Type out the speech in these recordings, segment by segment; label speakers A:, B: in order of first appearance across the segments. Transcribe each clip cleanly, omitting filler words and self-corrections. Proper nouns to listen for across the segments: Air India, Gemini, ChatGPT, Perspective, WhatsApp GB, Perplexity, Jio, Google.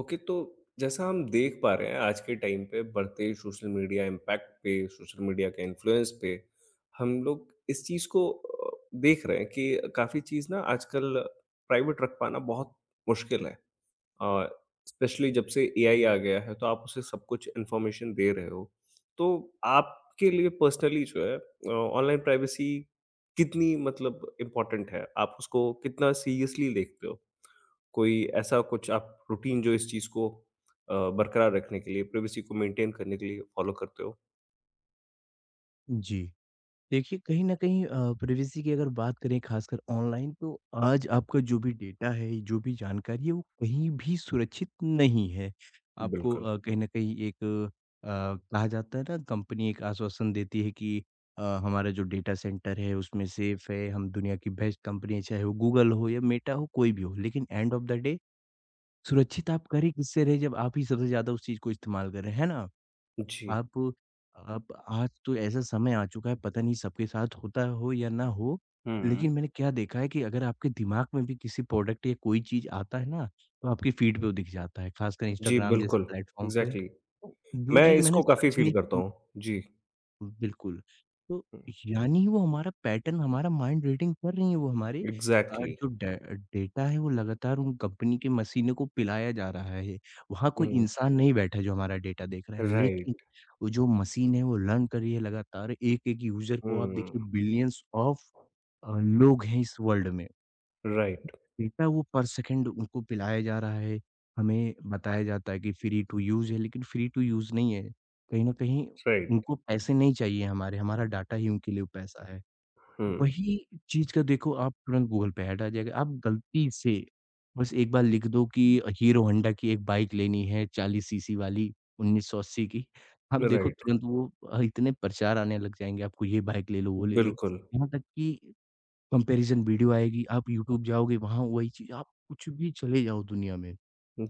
A: Okay तो जैसा हम देख पा रहे हैं आज के टाइम पे बढ़ते सोशल मीडिया इम्पैक्ट पे सोशल मीडिया के इन्फ्लुएंस पे हम लोग इस चीज़ को देख रहे हैं कि काफ़ी चीज़ ना आजकल प्राइवेट रख पाना बहुत मुश्किल है। और स्पेशली जब से एआई आ गया है तो आप उसे सब कुछ इन्फॉर्मेशन दे रहे हो। तो आपके लिए पर्सनली जो है ऑनलाइन प्राइवेसी कितनी मतलब इम्पोर्टेंट है, आप उसको कितना सीरियसली देखते हो? कोई ऐसा कुछ आप रूटीन जो इस चीज़ को बरकरार रखने के लिए, प्राइवेसी को मेंटेन करने के लिए फॉलो करते हो?
B: जी। देखिए, कहीं न कहीं प्राइवेसी की अगर बात करें ख़ासकर ऑनलाइन तो आज आपका जो भी डेटा है, जो भी जानकारी है, वो कहीं भी सुरक्षित नहीं है। आपको
A: बिल्कुल।
B: कहीं न कहीं एक कहा जाता है ना कंपनी एक आश्वासन देती है कि हमारा जो डेटा सेंटर है उसमें सेफ है, हम दुनिया की बेस्ट कंपनी है, चाहे वो गूगल हो या मेटा हो, कोई भी हो। लेकिन एंड ऑफ द डे सुरक्षित आप करें किससे रहे जब आप ही सबसे ज़्यादा उस चीज़ को इस्तेमाल कर रहे हैं, है ना?
A: जी।
B: आप आप आज तो ऐसा समय आ चुका है पता नहीं सबके साथ होता हो या ना हो,
A: हुँ।
B: लेकिन मैंने क्या देखा है कि अगर आपके दिमाग में भी किसी प्रोडक्ट या कोई चीज़ आता है ना, तो आपकी फ़ीड पे वो दिख जाता है, ख़ासकर
A: जी,
B: इंस्टाग्राम जैसे
A: बिल्कुल।
B: प्लेटफ़ॉर्म पे।
A: इग्ज़ैक्टली।
B: तो जो
A: मैं
B: चीज़ मैंने
A: इसको काफ़ी
B: सर्च
A: फ़ील
B: नहीं
A: करता
B: की
A: हूँ। जी।
B: बिल्कुल। तो
A: हुँ,
B: यानी वो हमारा पैटर्न, हमारा माइंड रीडिंग कर रही है वो हमारे
A: इग्ज़ैक्टली।
B: जो डे डेटा है वो लगातार उन कंपनी की मशीनों को पिलाया जा रहा है। वहाँ कोई
A: हुँ,
B: इंसान नहीं बैठा है जो हमारा डेटा देख रहा है। लेकिन
A: राइट।
B: वो जो मशीन है वो लर्न कर रही है लगातार एक-एक यूज़र को आप
A: हुँ,
B: देखिए बिलियंस ऑफ लोग हैं इस वर्ल्ड में।
A: राइट,
B: डेटा वो पर सेकंड उनको पिलाया जा रहा है, हमें बताया जाता है कि फ्री टू यूज़ है, लेकिन फ्री टू यूज़ नहीं है। कहीं न कहीं
A: राइट।
B: उनको पैसे नहीं चाहिए हमारे, हमारा डाटा ही उनके लिए पैसा है।
A: हुँ,
B: वही चीज़ का देखो आप तुरंत गूगल पे ऐड आ जाएगा, आप गलती से बस एक बार लिख दो कि हीरो होंडा की एक बाइक लेनी है 40 सीसी वाली 1980 की, आप देखो
A: राइट।
B: तुरंत वो इतने प्रचार आने लग जाएँगे, आपको ये बाइक ले लो, वो ले लो।
A: बिल्कुल।
B: यहाँ तक कि कंपैरिज़न वीडियो आएगी, आप यूट्यूब जाओगे वहाँ वही चीज़ आप कुछ भी चले जाओ दुनिया में,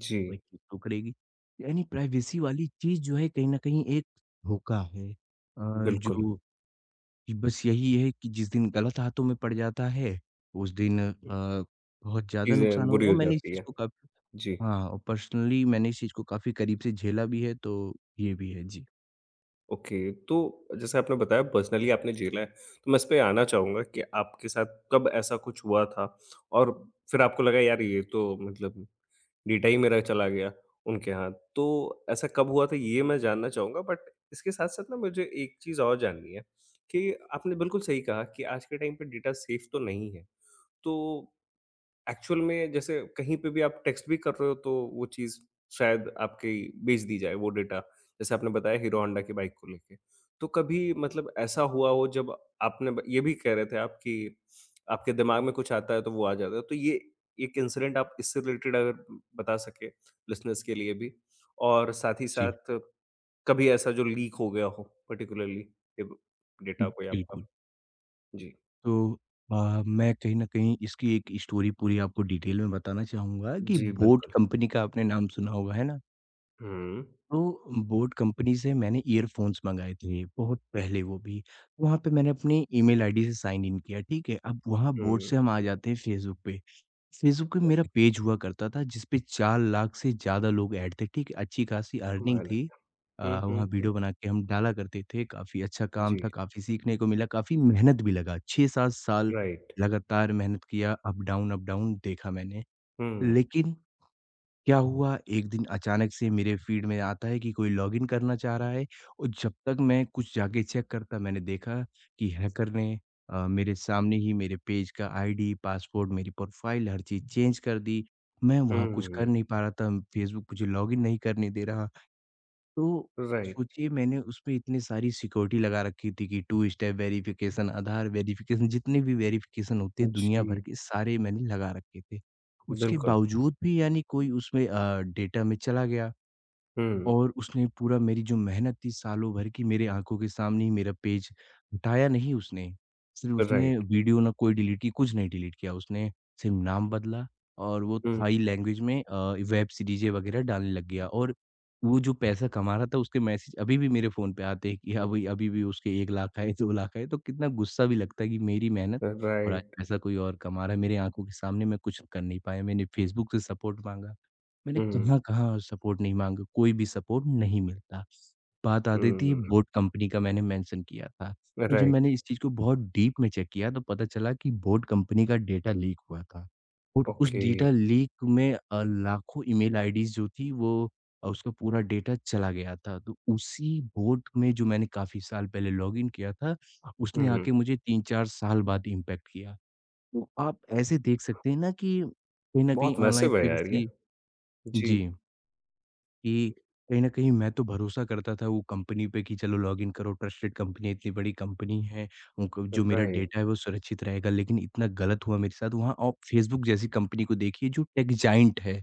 A: जी,
B: वही चीज़ शो करेगी। यानी प्राइवेसी वाली चीज़ जो है कहीं न कहीं एक धोखा है
A: बिल्कुल।
B: जो कि बस यही है कि जिस दिन गलत हाथों में पड़ जाता है, उस दिन बहुत ज़्यादा
A: चीज़ें
B: नुकसान हो
A: बुरी
B: और
A: हो
B: मैंने इस
A: जाती
B: चीज़
A: है।
B: को काफ़ी
A: जी।
B: हाँ, और पर्सनली मैंने इस चीज़ को काफ़ी करीब से झेला भी है, तो ये भी है। जी,
A: ओके, तो जैसे आपने बताया पर्सनली आपने झेला है, तो मैं इस पे आना चाहूँगा कि आपके साथ कब ऐसा कुछ हुआ था? और फिर आपको लगा यार ये तो मतलब डेटा ही मेरा चला गया उनके हाथ। तो ऐसा कब हुआ था, ये मैं जानना चाहूँगा, बट इसके साथ-साथ ना मुझे एक चीज़ और जाननी है कि आपने बिल्कुल सही कहा कि आज के टाइम पे डेटा सेफ तो नहीं है। तो एक्चुअल में जैसे कहीं पे भी आप टेक्स्ट भी कर रहे हो तो वो चीज़ शायद आपकी बेच दी जाए वो डेटा। जैसे आपने बताया हीरो होंडा की बाइक को लेके। तो कभी मतलब ऐसा हुआ हो जब आपने ब ये भी कह रहे थे आप कि आपके दिमाग में कुछ आता है तो वो आ जाता है। तो ये एक इंसिडेंट आप इससे रिलेटेड अगर बता सके लिसनर्स के लिए भी, और साथ ही
B: जी,
A: साथ कभी ऐसा जो लीक हो गया हो पर्टिकुलरली ये ब
B: हुँ,
A: डेटा कोई आपका?
B: बिल्कुल।
A: जी।
B: तो मैं कहीं न कहीं इसकी एक स्टोरी पूरी आपको डिटेल में बताना चाहूँगा कि
A: जी,
B: बोट
A: बिल्कुल।
B: कंपनी का आपने नाम सुना होगा, है ना?
A: हुँ।
B: तो बोट कंपनी से मैंने ईयरफ़ोन्स मँगाए थे, बहुत पहले वो भी। वहाँ पे मैंने अपनी ईमेल आईडी से साइन इन किया, ठीक है? अब वहाँ बोट
A: हुँ।
B: से हम आ जाते हैं फ़ेसबुक पे। फ़ेसबुक पे मेरा
A: ओके,
B: पेज हुआ करता था जिस पे 4 लाख से ज़्यादा लोग ऐड थे, ठीक है? अच्छी खासी अर्निंग
A: कमाल है।
B: थी।
A: हुँ, हुँ,
B: वहाँ
A: हुँ।
B: वीडियो बना के हम डाला करते थे, काफ़ी अच्छा काम
A: जी,
B: था, काफ़ी सीखने को मिला, काफ़ी मेहनत भी लगा। 6-7 साल
A: राइट।
B: लगातार मेहनत किया, अप डाउन देखा मैंने।
A: हुँ,
B: लेकिन क्या हुआ, एक दिन अचानक से मेरे फ़ीड में आता है कि कोई लॉगिन करना चाह रहा है और जब तक मैं कुछ जाके चेक करता, मैंने देखा कि हैकर ने मेरे सामने ही मेरे पेज का आईडी, पासवर्ड, मेरी प्रोफ़ाइल हर चीज़ चेंज कर दी। मैं वहाँ कुछ कर
A: हुँ,
B: नहीं पा रहा था, फ़ेसबुक मुझे लॉगिन नहीं करने दे रहा। तो
A: राइट।
B: सोचिए मैंने उसपे इतनी सारी सिक्योरिटी लगा रखी थी कि two step verification, Aadhaar verification जितने भी वेरिफिकेशन होते हैं दुनिया भर
A: जी,
B: के सारे मैंने लगा रखे थे। उसके
A: बिल्कुल।
B: बावजूद भी यानी कोई उसमें डेटा में चला गया।
A: हुँ,
B: और उसने पूरा मेरी जो मेहनत थी सालों भर की मेरे आँखों के सामने ही मेरा पेज हटाया नहीं उसने। सिर्फ़ उसने
A: राइट।
B: वीडियो ना कोई डिलीट की, कुछ नहीं डिलीट किया उसने सिर्फ़ नाम बदला और वो
A: हुँ,
B: थाई लैंग्वेज में वेब सीरीज़ें वग़ैरह डालने लग गया और वो जो पैसा कमा रहा था उसके मैसेज अभी भी मेरे फ़ोन पे आते हैं कि अभी अभी भी उसके 1 लाख आए, 2 लाख आए तो कितना गुस्सा भी लगता है कि मेरी मेहनत और आज
A: राइट।
B: पैसा कोई और कमा रहा है। मेरे आँखों के सामने मैं कुछ कर नहीं पाया। मैंने फेसबुक से सपोर्ट माँगा। मैंने
A: हुँ,
B: कहाँ-कहाँ सपोर्ट नहीं माँगा, कोई भी सपोर्ट नहीं मिलता। बात आ रही थी
A: हुँ,
B: बोट कंपनी का मैंने मेंशन किया था। तो जब
A: राइट।
B: मैंने इस चीज़ को बहुत डीप में चेक किया तो पता चला कि बोट कंपनी का डेटा लीक हुआ था और उस
A: ओके।
B: डेटा लीक में लाखों ईमेल आईडीज़ जो थी वो उसका पूरा डेटा चला गया था। तो उसी बोट में जो मैंने काफ़ी साल पहले लॉगिन किया था, उसने
A: हुँ,
B: आके मुझे 3-4 साल बाद इम्पैक्ट किया। तो आप ऐसे देख सकते हैं ना कि कहीं न
A: बहुत
B: कहीं ऑनलाइन
A: मैसिव है यार ये।
B: प्राइवेसी
A: जी,
B: जी। कि कहीं न कहीं मैं तो भरोसा करता था वो कंपनी पे कि चलो लॉगिन करो, ट्रस्टेड कंपनी है, इतनी बड़ी कंपनी है, उनको जो मेरा डेटा है
A: राइट।
B: वो सुरक्षित रहेगा, लेकिन इतना गलत हुआ मेरे साथ। वहाँ आप फेसबुक जैसी कंपनी को देखिए जो टेक जायंट है।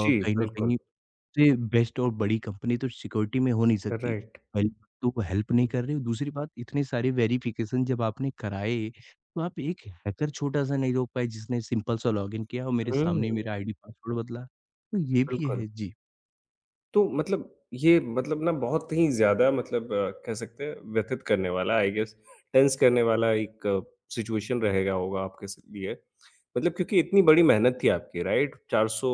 A: जी,
B: न
A: बिल्कुल,
B: कहीं उससे बेस्ट और बड़ी कंपनी तो सिक्योरिटी में हो नहीं सकती।
A: राइट।
B: पहली बात तो वो हेल्प नहीं कर रहे हो, दूसरी बात इतने सारे वेरिफिकेशन जब आपने कराए, तो आप एक हैकर छोटा-सा नहीं रोक पाए जिसने सिंपल सा लॉगिन किया और मेरे
A: हुँ,
B: सामने ही मेरा आईडी पासवर्ड बदला। तो ये भी
A: बिल्कुल।
B: है। जी।
A: तो मतलब ये मतलब ना बहुत ही ज़्यादा मतलब कह सकते हैं व्यथित करने वाला आई गेस, टेंस करने वाला एक सिचुएशन रहेगा होगा आपके लिए मतलब, क्योंकि इतनी बड़ी मेहनत थी आपकी, राइट, 400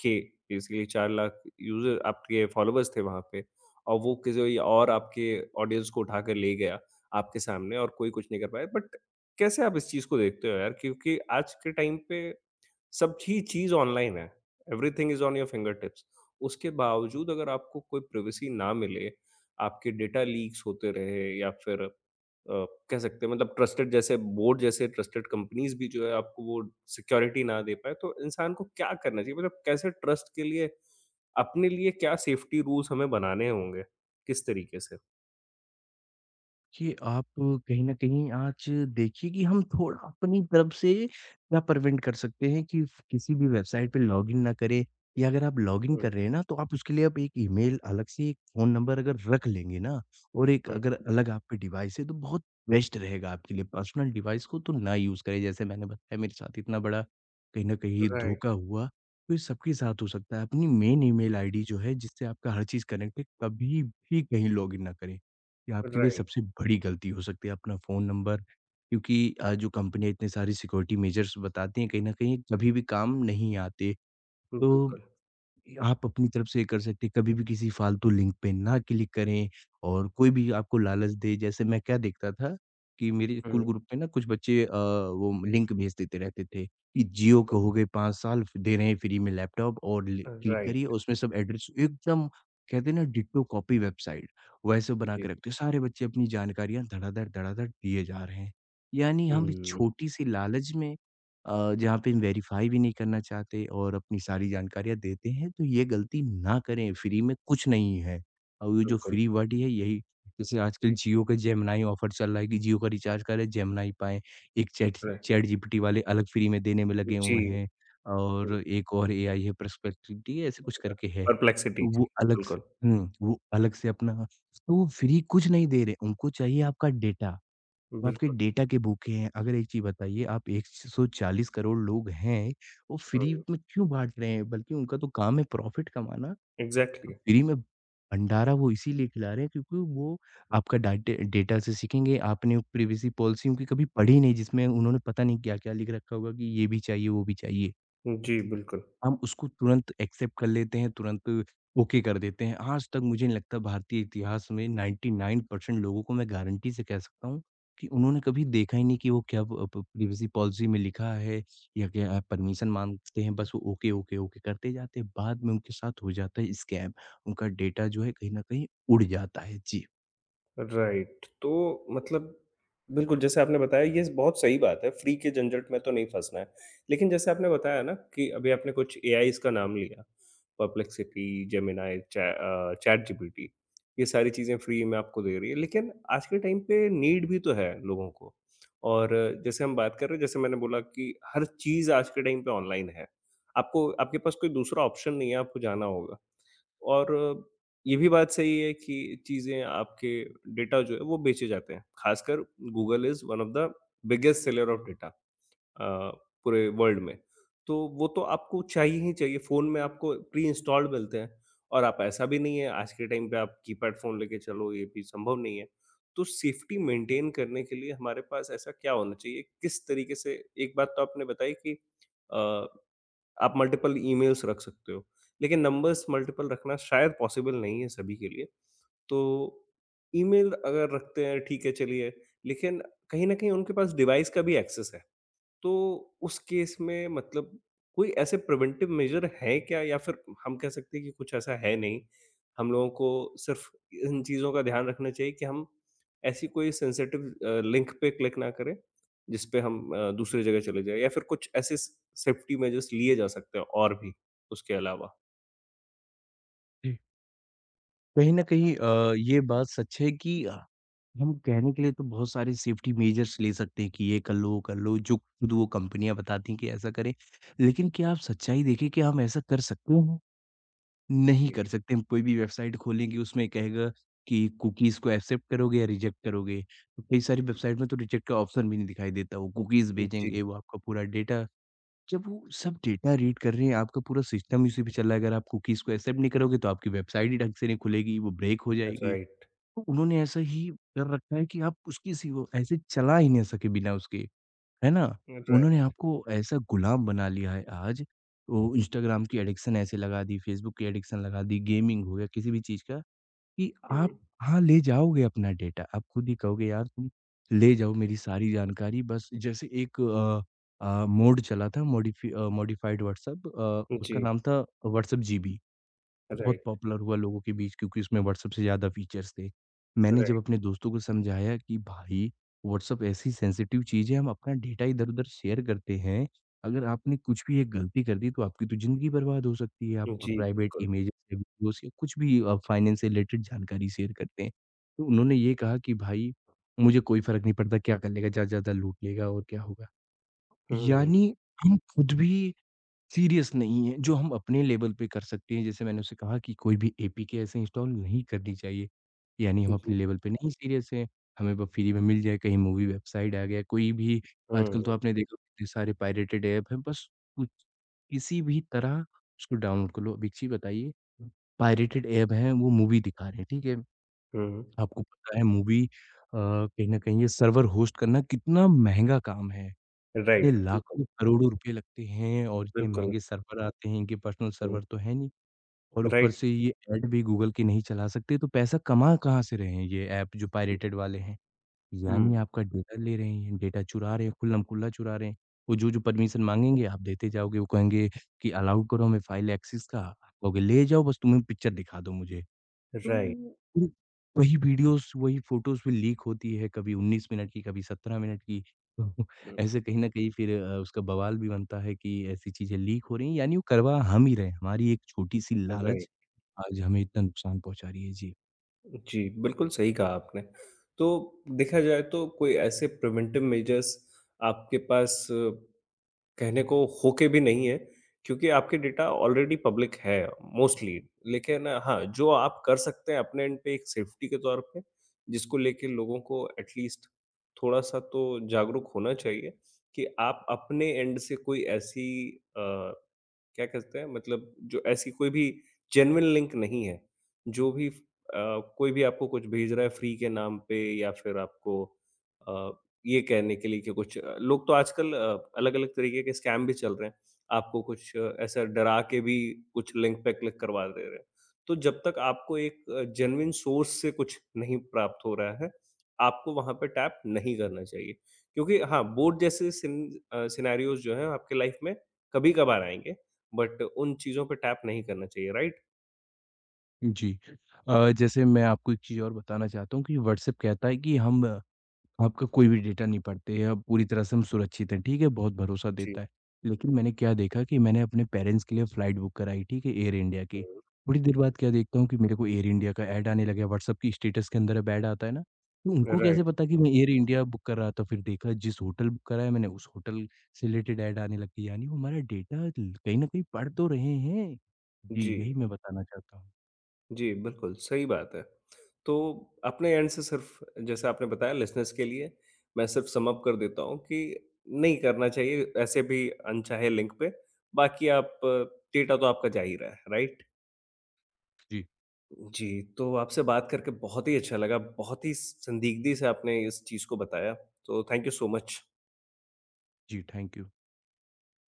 A: के, इसलिए 4 लाख यूजर आपके फॉलोअर्स थे वहां पे, और वो किसी और आपके ऑडियंस को उठाकर ले गया आपके सामने और कोई कुछ नहीं कर पाया। बट कैसे आप इस चीज को देखते हो यार, क्योंकि आज के टाइम पे सब ही चीज़ ऑनलाइन है, everything is on your fingertips. उसके बावजूद अगर आपको कोई प्राइवेसी ना मिले, आपके डेटा लीक्स होते रहे या फिर अ, कह सकते हैं मतलब ट्रस्टेड जैसे बोर्ड जैसे ट्रस्टेड कंपनीज़ भी जो है आपको वो सिक्योरिटी ना दे पाएँ, तो इंसान को क्या करना चाहिए? मतलब कैसे ट्रस्ट के लिए अपने लिए क्या सेफ्टी रूल्स हमें बनाने होंगे? किस तरीके से?
B: कि आप कहीं न कहीं आज देखिए कि हम थोड़ा अपनी तरफ से क्या प्रिवेंट कर सकते हैं कि किसी भी वेबसाइट पे लॉगिन ना करें या अगर आप लॉगिन
A: हुँ,
B: कर रहे हैं ना, तो आप उसके लिए आप एक ईमेल अलग से, एक फ़ोन नंबर अगर रख लेंगे ना और एक
A: हुँ।
B: अगर अलग आप पे डिवाइस है, तो बहुत बेस्ट रहेगा आपके लिए। पर्सनल डिवाइस को तो ना यूज़ करें, जैसे मैंने बताया मेरे साथ इतना बड़ा कहीं न कहीं
A: राइट,
B: धोखा हुआ, तो ये सबके साथ हो सकता है। अपनी मेन ईमेल आईडी जो है, जिससे आपका हर चीज़ कनेक्ट है, कभी भी कहीं लॉगिन ना करें। ये आपके लिए
A: राइट।
B: सबसे बड़ी गलती हो सकती है अपना फ़ोन नंबर क्योंकि जो कंपनियाँ इतने सारी सिक्योरिटी मेजर्स बताती हैं, कहीं न कहीं कभी भी काम नहीं आते। तो
A: बिल्कुल।
B: आप अपनी तरफ से कर सकते हैं, कभी भी किसी फालतू लिंक पे ना क्लिक करें और कोई भी आपको लालच दे, जैसे मैं क्या देखता था कि मेरे स्कूल
A: हुँ,
B: ग्रुप में ना कुछ बच्चे वो लिंक भेज देते रहते थे कि जियो के हो गए 5 साल दे रहे हैं फ्री में लैपटॉप और लि क्लिक करिए
A: राइट।
B: और उसमें सब एड्रेस एकदम कहते हैं ना डिट्टो कॉपी वेबसाइट, वैसे बना
A: जी।
B: के रखते हैं। सारे बच्चे अपनी जानकारियाँ धड़ाधड़, धड़ाधड़ दिए जा रहे हैं। यानी हम
A: हुँ,
B: छोटी-सी लालच में जहाँ पे हम वेरीफ़ाई भी नहीं करना चाहते और अपनी सारी जानकारियाँ देते हैं, तो ये गलती ना करें, फ्री में कुछ नहीं है। और ये जो
A: बिल्कुल,
B: फ्री वर्ड है यही जैसे आजकल जियो का जेमिनाई ऑफ़र चल रहा है कि जियो का रिचार्ज करें जेमिनाई पाएँ, एक चैट
A: राइट।
B: चैट जीपीटी वाले अलग फ्री में देने में लगे हुए
A: जी।
B: हैं
A: हुँ,
B: और एक और एआई है पर्सपेक्टिविटी ऐसे कुछ करके है।
A: परप्लेक्सिटी,
B: तो वो अलग से
A: बिल्कुल,
B: हुँ, वो अलग से अपना तो वो फ्री कुछ नहीं दे रहे, उनको चाहिए आपका डेटा। वो आपके
A: बिल्कुल।
B: डेटा के भूखे हैं। अगर एक चीज़ बताइए आप 140 करोड़ लोग हैं, वो फ्री
A: हुँ,
B: में क्यों बाँट रहे हैं? बल्कि उनका तो काम है प्रॉफ़िट कमाना।
A: एग्ज़ैक्टली।
B: फ्री में भंडारा वो इसीलिए खिला रहे हैं क्योंकि वो आपका डाटे डेटा से सीखेंगे। आपने प्रिवेसी पॉलिसी उनकी कभी पढ़ी नहीं जिसमें उन्होंने पता नहीं क्या-क्या लिख रखा होगा कि ये भी चाहिए, वो भी चाहिए।
A: जी, बिल्कुल।
B: हम उसको तुरंत एक्सेप्ट कर लेते हैं, तुरंत ओके कर देते हैं। आज तक मुझे नहीं लगता भारतीय इतिहास में 99% लोगों को मैं गारंटी से कह सकता हूँ कि उन्होंने कभी देखा ही नहीं कि वो क्या प प प्राइवेसी पॉलिसी में लिखा है या क्या आप परमिशन माँगते हैं, बस वो ओके, ओके, ओके करते जाते हैं। बाद में उनके साथ हो जाता है स्कैम, उनका डेटा जो है कहीं न कहीं उड़ जाता है। जी।
A: राइट। तो मतलब बिल्कुल, जैसे आपने बताया ये बहुत सही बात है, फ्री के झंझट में तो नहीं फँसना है। लेकिन जैसे आपने बताया ना कि अभी आपने कुछ एआईज़ का नाम लिया, परप्लेक्सिटी, जेमिनी, चैटजीपीटी, ये सारी चीज़ें फ्री में आपको दे रही है। लेकिन आज के टाइम पे नीड भी तो है लोगों को, और जैसे हम बात कर रहे हैं, जैसे मैंने बोला कि हर चीज़ आज के टाइम पे ऑनलाइन है। आपको आपके पास कोई दूसरा ऑप्शन नहीं है, आपको जाना होगा। और ये भी बात सही है कि चीज़ें आपके डेटा जो है वो बेचे जाते हैं। ख़ासकर Google is one of the biggest seller of data अ, पूरे वर्ल्ड में। तो वो तो आपको चाहिए ही चाहिए, फ़ोन में आपको प्री इंस्टॉल्ड मिलते हैं, और आप ऐसा भी नहीं है आज के टाइम पे आप कीपैड फ़ोन लेके चलो, ये भी संभव नहीं है। तो सेफ्टी मेंटेन करने के लिए हमारे पास ऐसा क्या होना चाहिए? किस तरीके से? एक बात तो आपने बताई कि अ आप मल्टीपल ईमेल्स रख सकते हो, लेकिन नंबर्स मल्टीपल रखना शायद पॉसिबल नहीं है सभी के लिए। तो ईमेल अगर रखते हैं ठीक है चलिए, लेकिन कहीं न कहीं उनके पास डिवाइस का भी एक्सेस है। तो उस केस में मतलब कोई ऐसे प्रिवेंटिव मेजर हैं क्या, या फिर हम कह सकते हैं कि कुछ ऐसा है नहीं? हम लोगों को सिर्फ़ इन चीज़ों का ध्यान रखना चाहिए कि हम ऐसी कोई सेंसिटिव लिंक पे क्लिक ना करें, जिस पे हम दूसरी जगह चले जाएँ, या फिर कुछ ऐसे स सेफ्टी मेजर्स लिए जा सकते हैं और भी उसके अलावा?
B: जी। कहीं न कहीं ये बात सच है कि हम कहने के लिए तो बहुत सारे सेफ्टी मेजर्स ले सकते हैं कि ये कर लो, वो कर लो, जो खुद वो कंपनियाँ बताती हैं कि ऐसा करें। लेकिन क्या आप सच्चाई देखें, क्या हम ऐसा कर सकते हैं? नहीं कर
A: जी,
B: सकते। हम कोई भी वेबसाइट खोलेंगे, उसमें कहेगा कि कुकीज़ को एक्सेप्ट करोगे या रिजेक्ट करोगे। तो कई सारी वेबसाइट में तो रिजेक्ट का ऑप्शन भी नहीं दिखाई देता। वो कुकीज़
A: जी,
B: भेजेंगे, वो आपका पूरा डेटा जब वो सब डेटा रीड कर रहे हैं, आपका पूरा सिस्टम इसी पे चल रहा है, अगर आप कुकीज़ को एक्सेप्ट नहीं करोगे तो आपकी वेबसाइट ही ढंग से नहीं खुलेगी, वो ब्रेक हो जाएगी।
A: राइट,
B: तो उन्होंने ऐसा ही कर रखा है कि आप उसकी सी वो ऐसे चला ही नहीं सके बिना उसके, है ना? उन्होंने
A: राइट,
B: आपको ऐसा गुलाम बना लिया है आज, वो इंस्टाग्राम की एडिक्शन ऐसे लगा दी, फेसबुक की एडिक्शन लगा दी, गेमिंग हो गया, किसी भी चीज़ का कि आप हाँ, ले जाओगे अपना डेटा। आप खुद ही कहोगे यार तुम ले जाओ मेरी सारी जानकारी बस जैसे एक मोड चला था मॉडिफाइड व्हाट्सएप
A: हुँ,
B: उसका
A: जी,
B: नाम था व्हाट्सएप जीबी। बहुत
A: राइट,
B: पॉपुलर हुआ लोगों के बीच क्योंकि उसमें व्हाट्सएप से ज़्यादा फीचर्स थे। मैंने जब
A: राइट,
B: अपने दोस्तों को समझाया कि भाई व्हाट्सएप ऐसी सेंसिटिव चीज़ है, हम अपना डेटा इधर-उधर शेयर करते हैं। अगर आपने कुछ भी एक गलती कर दी तो आपकी तो ज़िंदगी बर्बाद हो सकती है। आप
A: जी,
B: प्राइवेट
A: बिल्कुल,
B: इमेजेस या वीडियोज़ या कुछ भी फाइनेंस से रिलेटेड जानकारी शेयर करते हैं। तो उन्होंने ये कहा कि भाई मुझे कोई फ़र्क नहीं पड़ता क्या कर लेगा, ज़्यादा से ज़्यादा लूट लेगा और क्या होगा।
A: हुँ,
B: यानी हम खुद भी सीरियस नहीं है, जो हम अपने लेवल पे कर सकते हैं। जैसे मैंने उसे कहा कि कोई भी एपीके ऐसे इंस्टॉल नहीं करनी चाहिए, यानी हम
A: जी,
B: अपने लेवल पे नहीं सीरियस हैं, हमें ब फ्री में मिल जाए, कहीं मूवी वेबसाइट आ गया, कोई भी आजकल तो
A: हुँ,
B: आपने देखा कितने सारे पायरेटेड ऐप हैं, बस कुछ किसी भी तरह उसको डाउनलोड कर लो। अब एक चीज़ बताइए, पायरेटेड ऐप हैं, वो मूवी दिखा रहे हैं, ठीक है?
A: हुँ,
B: आपको पता है मूवी कहीं न कहीं ये सर्वर होस्ट करना कितना महँगा काम है। इतने
A: राइट, बिल्कुल,
B: लाखों-करोड़ों रुपए लगते हैं और इतने
A: बिल्कुल।
B: महँगे सर्वर आते हैं, इनके पर्सनल
A: हुँ,
B: सर्वर तो हैं नहीं और ऊपर
A: राइट।
B: से ये ऐड भी गूगल के नहीं चला सकते, तो पैसा कमा कहाँ से रहे हैं ये ऐप जो पायरेटेड वाले हैं?
A: हुँ।
B: यानी आपका डेटा ले रहे हैं, डेटा चुरा रहे हैं, खुल्लम-खुल्ला चुरा रहे हैं। वो जो-जो परमिशन माँगेंगे, आप देते जाओगे, वो कहेंगे कि अलाउड करो हमें फाइल एक्सेस का, आप कहोगे, "ले जाओ, बस तुम्हें पिक्चर दिखा दो मुझे।" तो
A: राइट,
B: फिर वही वीडियोस, वही फ़ोटोज़ भी लीक होती है, कभी 19 मिनट की, कभी 17 मिनट की। तो
A: हुँ।
B: ऐसे कहीं न कहीं फिर उसका बवाल भी बनता है कि ऐसी चीज़ें लीक हो रही हैं, यानी वो करवा हम ही रहे हैं। हमारी एक छोटी-सी लालच
A: राइट।
B: आज हमें इतना नुकसान पहुँचा रही है। जी।
A: जी, बिल्कुल सही कहा आपने। तो देखा जाए तो कोई ऐसे प्रिवेंटिव मेजर्स आपके पास कहने को होके भी नहीं है, क्योंकि आपके डेटा ऑलरेडी पब्लिक है मोस्टली। लेकिन हाँ, जो आप कर सकते हैं अपने एंड पे एक सेफ्टी के तौर पे, जिसको लेके लोगों को एट लीस्ट थोड़ा-सा तो जागरूक होना चाहिए, कि आप अपने एंड से कोई ऐसी अ, क्या कहते हैं मतलब जो ऐसी कोई भी जेन्युइन लिंक नहीं है, जो भी फ अ, कोई भी आपको कुछ भेज रहा है फ्री के नाम पे, या फिर आपको अ, ये कहने के लिए कि कुछ लोग तो आजकल अलग-अलग तरीके के स्कैम भी चल रहे हैं। आपको कुछ ऐसा डरा के भी कुछ लिंक पे क्लिक करवा दे रहे हैं। तो जब तक आपको एक जेन्युइन सोर्स से कुछ नहीं प्राप्त हो रहा है, आपको वहाँ पे टैप नहीं करना चाहिए। क्योंकि हाँ, बोर्ड जैसे सिनेरियोज़ जो हैं आपके लाइफ़ में कभी-कभार आएँगे, बट उन चीज़ों पे टैप नहीं करना चाहिए, राइट?
B: जी। जैसे मैं आपको एक चीज़ और बताना चाहता हूँ कि व्हाट्सएप कहता है कि हम आपका कोई भी डेटा नहीं पढ़ते या पूरी तरह से हम सुरक्षित हैं, ठीक है? बहुत भरोसा
A: जी,
B: देता है। लेकिन मैंने क्या देखा कि मैंने अपने पेरेंट्स के लिए फ्लाइट बुक कराई, ठीक है? एयर इंडिया की।
A: हुँ।
B: थोड़ी देर बाद क्या देखता हूँ कि मेरे को एयर इंडिया का ऐड आने लगा है, व्हाट्सएप की स्टेटस के अंदर अब ऐड आता है ना, तो उनको कैसे
A: राइट,
B: पता कि मैं एयर इंडिया बुक कर रहा था? फिर देखा जिस होटल बुक कराया मैंने, उस होटल से रिलेटेड ऐड आने लग गई, यानी वो हमारा डेटा ल कहीं न कहीं पढ़ तो रहे हैं। जी,
A: जी।
B: यही मैं बताना चाहता हूँ।
A: जी, बिल्कुल, सही बात है। तो अपने एंड से सिर्फ़ जैसे आपने बताया लिसनर्स के लिए, मैं सिर्फ़ सम अप कर देता हूँ कि नहीं करना चाहिए ऐसे भी अनचाहे लिंक पे, बाकी आप डेटा तो आपका जा ही रहा है, राइट?
B: जी,
A: जी, तो आपसे बात करके बहुत ही अच्छा लगा, बहुत ही संदिग्धी से आपने इस चीज़ को बताया, तो थैंक यू सो मच।
B: जी, थैंक यू।